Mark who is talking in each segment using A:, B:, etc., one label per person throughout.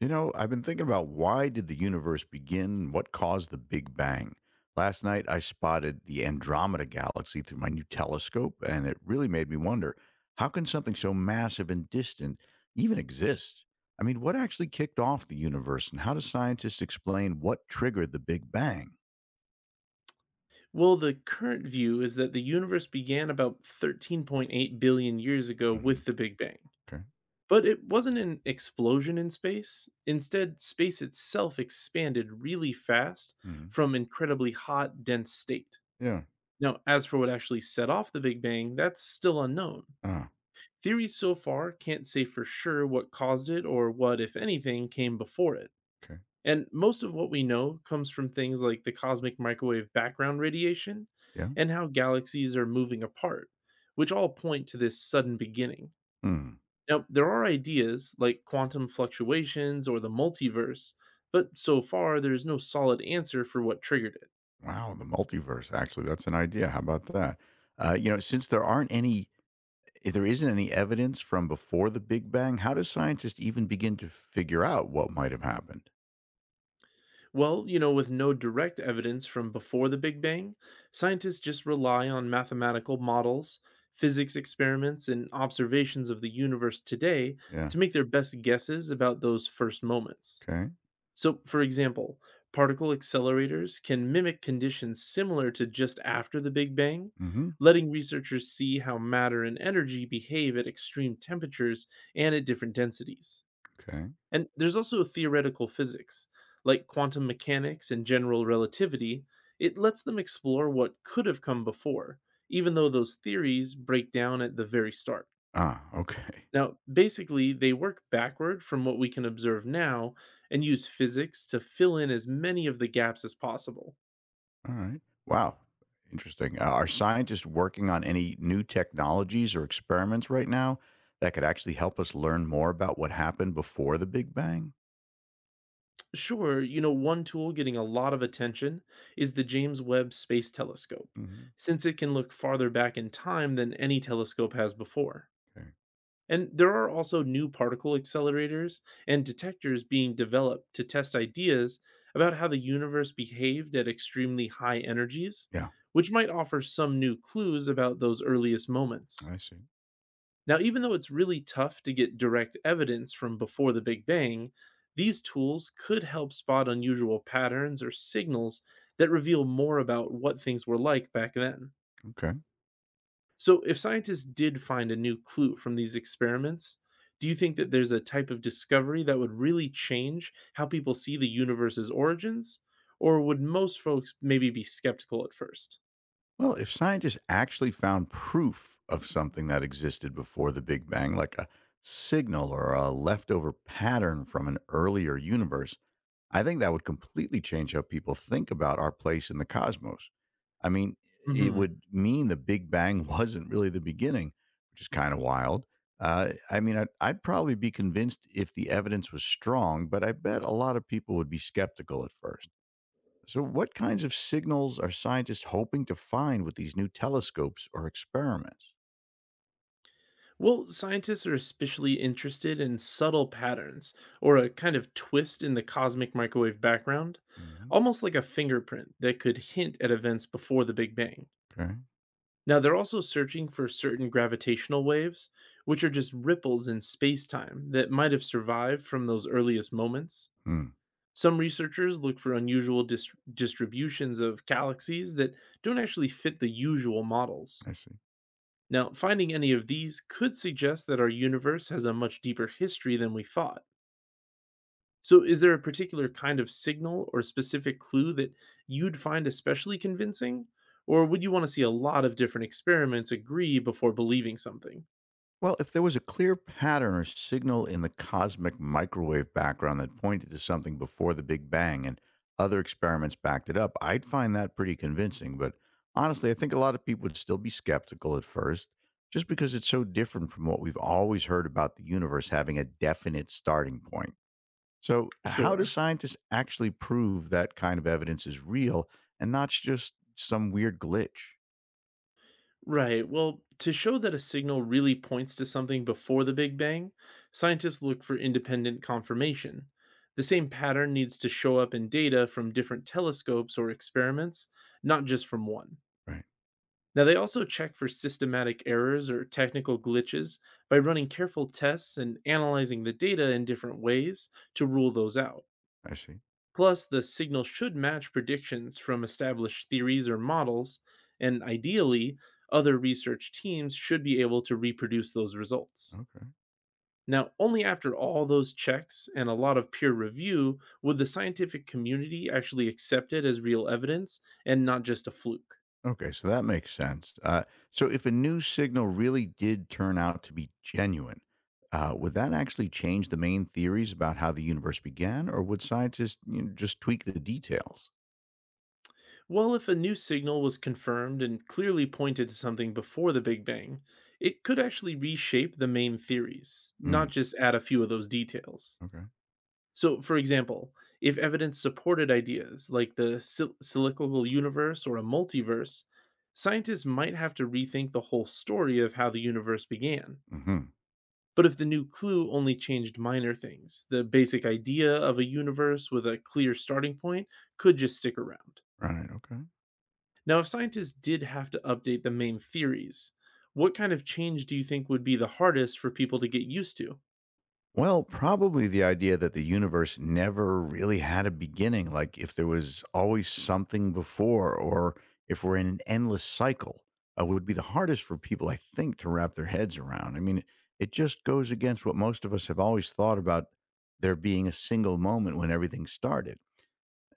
A: I've been thinking about why did the universe begin, and what caused the Big Bang? Last night I spotted the Andromeda galaxy through my new telescope, and it really made me wonder, how can something so massive and distant even exist? I mean, what actually kicked off the universe, and how do scientists explain what triggered the Big Bang?
B: Well, the current view is that the universe began about 13.8 billion years ago
A: Hmm.
B: with the Big Bang.
A: Okay.
B: But it wasn't an explosion in space. Instead, space itself expanded really fast
A: Hmm.
B: from incredibly hot, dense state.
A: Yeah.
B: Now, as for what actually set off the Big Bang, that's still unknown.
A: Ah,
B: Theories so far can't say for sure what caused it or what, if anything, came before it.
A: okay.
B: And most of what we know comes from things like the cosmic microwave background radiation
A: Yeah.
B: and how galaxies are moving apart, which all point to this sudden beginning.
A: Hmm.
B: Now, there are ideas like quantum fluctuations or the multiverse, but so far there's no solid answer for what triggered it.
A: Wow, the multiverse actually. That's an idea. How about that? Since there aren't any If there isn't any evidence from before the Big Bang, how do scientists even begin to figure out what might have happened?
B: Well, you know, with no direct evidence from before the Big Bang, scientists just rely on mathematical models, physics experiments, and observations of the universe today
A: Yeah.
B: to make their best guesses about those first moments.
A: Okay.
B: So, for example, particle accelerators can mimic conditions similar to just after the Big Bang,
A: Mm-hmm.
B: letting researchers see how matter and energy behave at extreme temperatures and at different densities.
A: Okay.
B: And there's also theoretical physics, like quantum mechanics and general relativity. It lets them explore what could have come before, even though those theories break down at the very start.
A: Ah, okay.
B: Now, basically, they work backward from what we can observe now and use physics to fill in as many of the gaps as possible.
A: All right. Wow. Interesting. Are scientists working on any new technologies or experiments right now that could actually help us learn more about what happened before the Big Bang?
B: Sure, you know, one tool getting a lot of attention is the James Webb Space Telescope,
A: Hmm.
B: since it can look farther back in time than any telescope has before.
A: Okay.
B: And there are also new particle accelerators and detectors being developed to test ideas about how the universe behaved at extremely high energies,
A: Yeah.
B: which might offer some new clues about those earliest moments.
A: I see.
B: Now, even though it's really tough to get direct evidence from before the Big Bang, these tools could help spot unusual patterns or signals that reveal more about what things were like back then.
A: Okay.
B: So, if scientists did find a new clue from these experiments, do you think that there's a type of discovery that would really change how people see the universe's origins? Or would most folks maybe be skeptical at first?
A: Well, if scientists actually found proof of something that existed before the Big Bang, like a signal or a leftover pattern from an earlier universe, I think that would completely change how people think about our place in the cosmos. I mean, it
B: Hmm.
A: would mean the Big Bang wasn't really the beginning, which is kind of wild. I mean, I'd probably be convinced if the evidence was strong, but I bet a lot of people would be skeptical at first. So, what kinds of signals are scientists hoping to find with these new telescopes or experiments?
B: Well, scientists are especially interested in subtle patterns or a kind of twist in the cosmic microwave background,
A: Hmm.
B: almost like a fingerprint that could hint at events before the Big Bang.
A: Okay.
B: Now, they're also searching for certain gravitational waves, which are just ripples in space time that might have survived from those earliest moments.
A: Hmm.
B: Some researchers look for unusual distributions of galaxies that don't actually fit the usual models.
A: I see.
B: Now, finding any of these could suggest that our universe has a much deeper history than we thought. So, is there a particular kind of signal or specific clue that you'd find especially convincing? Or would you want to see a lot of different experiments agree before believing something?
A: Well, if there was a clear pattern or signal in the cosmic microwave background that pointed to something before the Big Bang and other experiments backed it up, I'd find that pretty convincing. But honestly, I think a lot of people would still be skeptical at first, just because it's so different from what we've always heard about the universe having a definite starting point. So, how do
B: Sure.
A: scientists actually prove that kind of evidence is real and not just some weird glitch?
B: Right. Well, to show that a signal really points to something before the Big Bang, scientists look for independent confirmation. The same pattern needs to show up in data from different telescopes or experiments, not just from one.
A: Right.
B: Now, they also check for systematic errors or technical glitches by running careful tests and analyzing the data in different ways to rule those out.
A: I see.
B: Plus, the signal should match predictions from established theories or models, and ideally, other research teams should be able to reproduce those results.
A: Okay.
B: Now, only after all those checks and a lot of peer review would the scientific community actually accept it as real evidence and not just a fluke.
A: Okay. So that makes sense. So, if a new signal really did turn out to be genuine, would that actually change the main theories about how the universe began, or would scientists just tweak the details?
B: Well, if a new signal was confirmed and clearly pointed to something before the Big Bang, it could actually reshape the main theories, not
A: Mm,
B: just add a few of those details.
A: okay.
B: So, for example, if evidence supported ideas like the cyclical universe or a multiverse, scientists might have to rethink the whole story of how the universe began.
A: Hmm.
B: But if the new clue only changed minor things, the basic idea of a universe with a clear starting point could just stick around.
A: Right. Okay.
B: Now, if scientists did have to update the main theories, what kind of change do you think would be the hardest for people to get used to?
A: Well, probably the idea that the universe never really had a beginning, like if there was always something before, or if we're in an endless cycle, would be the hardest for people, I think, to wrap their heads around. I mean, it just goes against what most of us have always thought about there being a single moment when everything started.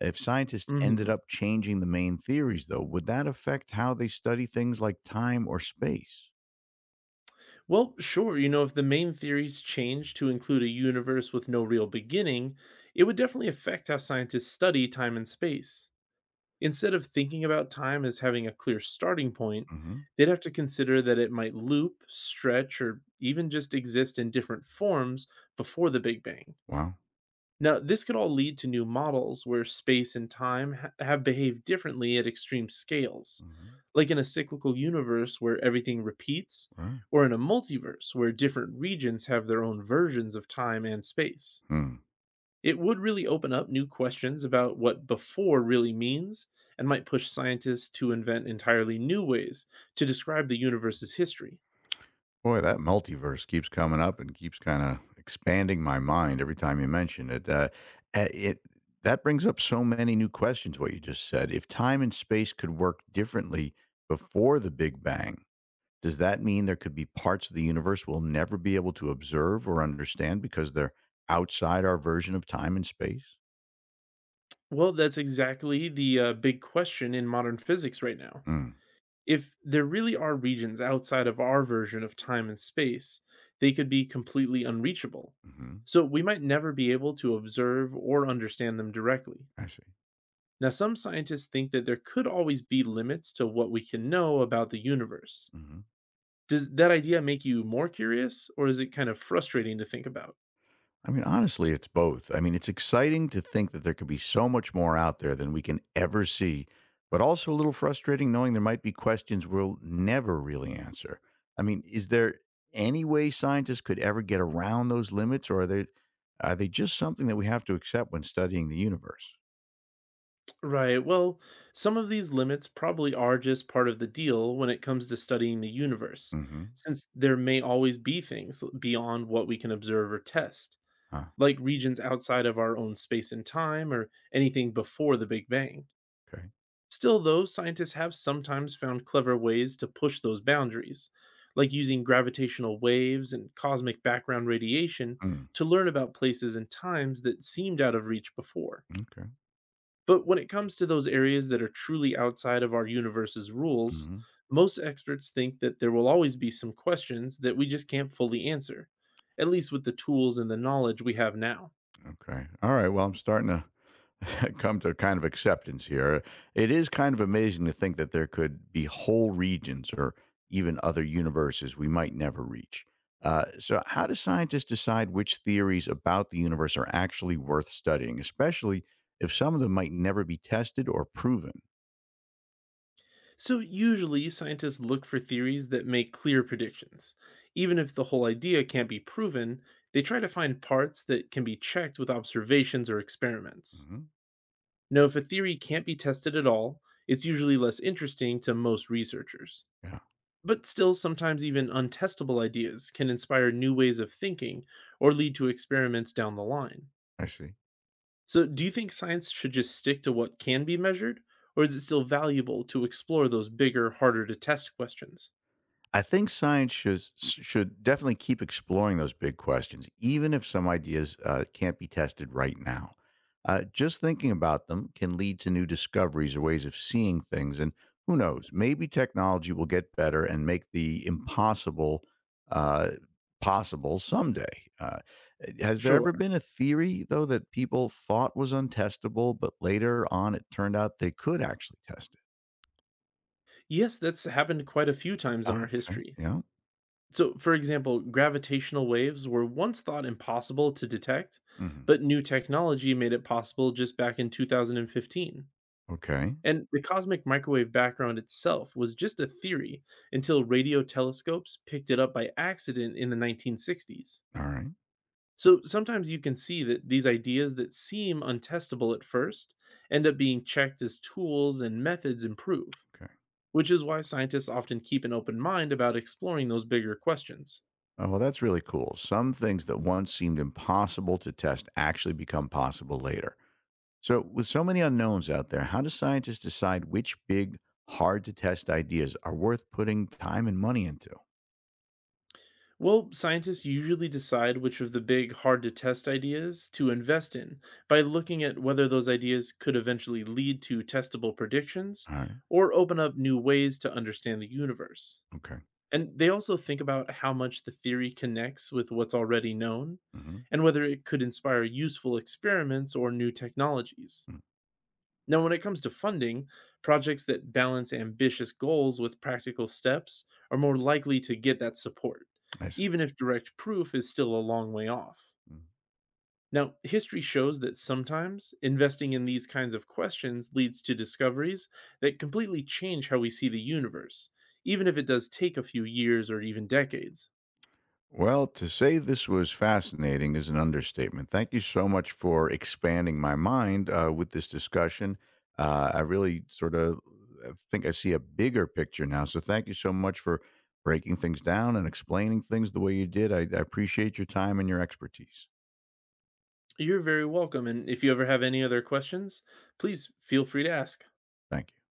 A: If scientists ended
B: Hmm.
A: up changing the main theories, though, would that affect how they study things like time or space?
B: Well, sure, you know, if the main theories change to include a universe with no real beginning, it would definitely affect how scientists study time and space. Instead of thinking about time as having a clear starting point,
A: Hmm.
B: they'd have to consider that it might loop, stretch, or even just exist in different forms before the Big Bang.
A: Wow.
B: Now, this could all lead to new models where space and time have behaved differently at extreme scales,
A: Hmm.
B: like in a cyclical universe where everything repeats,
A: Right.
B: or in a multiverse where different regions have their own versions of time and space.
A: Hmm.
B: It would really open up new questions about what before really means and might push scientists to invent entirely new ways to describe the universe's history.
A: Boy, that multiverse keeps coming up and keeps kinda expanding my mind every time you mention it. Eh, it that brings up so many new questions, what you just said. If time and space could work differently before the Big Bang, does that mean there could be parts of the universe we'll never be able to observe or understand because they're outside our version of time and space?
B: Well, that's exactly the big question in modern physics right now.
A: Mm,
B: If there really are regions outside of our version of time and space, they could be completely unreachable.
A: mhm.
B: So we might never be able to observe or understand them directly.
A: I see.
B: Now, some scientists think that there could always be limits to what we can know about the universe.
A: Mhm.
B: Does that idea make you more curious, or is it kind of frustrating to think about?
A: I mean, honestly, it's both. I mean, it's exciting to think that there could be so much more out there than we can ever see, but also a little frustrating knowing there might be questions we'll never really answer. I mean, is there any way scientists could ever get around those limits, or are they just something that we have to accept when studying the universe?
B: Right. Well, some of these limits probably are just part of the deal when it comes to studying the universe,
A: Hmm.
B: since there may always be things beyond what we can observe or test,
A: Huh.
B: like regions outside of our own space and time or anything before the Big Bang.
A: Okay.
B: Still, though, scientists have sometimes found clever ways to push those boundaries, like using gravitational waves and cosmic background radiation
A: Mm,
B: to learn about places and times that seemed out of reach before.
A: okay.
B: But when it comes to those areas that are truly outside of our universe's rules,
A: Hmm.
B: most experts think that there will always be some questions that we just can't fully answer, at least with the tools and the knowledge we have now.
A: Okay. All right. Well, I'm starting to come to kind of acceptance here. It is kind of amazing to think that there could be whole regions or even other universes we might never reach. So, how do scientists decide which theories about the universe are actually worth studying, especially if some of them might never be tested or proven?
B: So, usually, scientists look for theories that make clear predictions. Even if the whole idea can't be proven, they try to find parts that can be checked with observations or experiments.
A: Hmm.
B: Now, if a theory can't be tested at all, it's usually less interesting to most researchers.
A: Yeah,
B: But still, sometimes even untestable ideas can inspire new ways of thinking or lead to experiments down the line.
A: I see.
B: So, do you think science should just stick to what can be measured, or is it still valuable to explore those bigger, harder to test questions?
A: I think science should definitely keep exploring those big questions, even if some ideas can't be tested right now. Just thinking about them can lead to new discoveries or ways of seeing things, and who knows? Maybe technology will get better and make the impossible uh, possible someday. Has there ever
B: Sure.
A: been a theory though that people thought was untestable, but later on it turned out they could actually test
B: Yes, that's happened quite a few times
A: it?
B: in our
A: Okay.
B: history.
A: Yeah.
B: So, for example, gravitational waves were once thought impossible to detect,
A: Hmm.
B: but new technology made it possible just back in 2015.
A: Okay.
B: And the cosmic microwave background itself was just a theory until radio telescopes picked it up by accident in the 1960s.
A: All right.
B: So sometimes you can see that these ideas that seem untestable at first end up being checked as tools and methods improve,
A: Okay.
B: which is why scientists often keep an open mind about exploring those bigger questions.
A: Oh, well, that's really cool. Some things that once seemed impossible to test actually become possible later. So, with so many unknowns out there, how do scientists decide which big, hard to test ideas are worth putting time and money into?
B: Well, scientists usually decide which of the big, hard to test ideas to invest in by looking at whether those ideas could eventually lead to testable predictions
A: All right.
B: or open up new ways to understand the universe.
A: Okay.
B: And they also think about how much the theory connects with what's already known
A: Hmm.
B: and whether it could inspire useful experiments or new technologies. Now, when it comes to funding, projects that balance ambitious goals with practical steps are more likely to get that support,
A: I see.
B: even if direct proof is still a long way off. Now, history shows that sometimes investing in these kinds of questions leads to discoveries that completely change how we see the universe, even if it does take a few years or even decades.
A: Well, to say this was fascinating is an understatement. Thank you so much for expanding my mind with this discussion. I really sort of think I see a bigger picture now. So thank you so much for breaking things down and explaining things the way you did. I appreciate your time and your expertise.
B: You're very welcome, and if you ever have any other questions, please feel free to ask.
A: Thank you.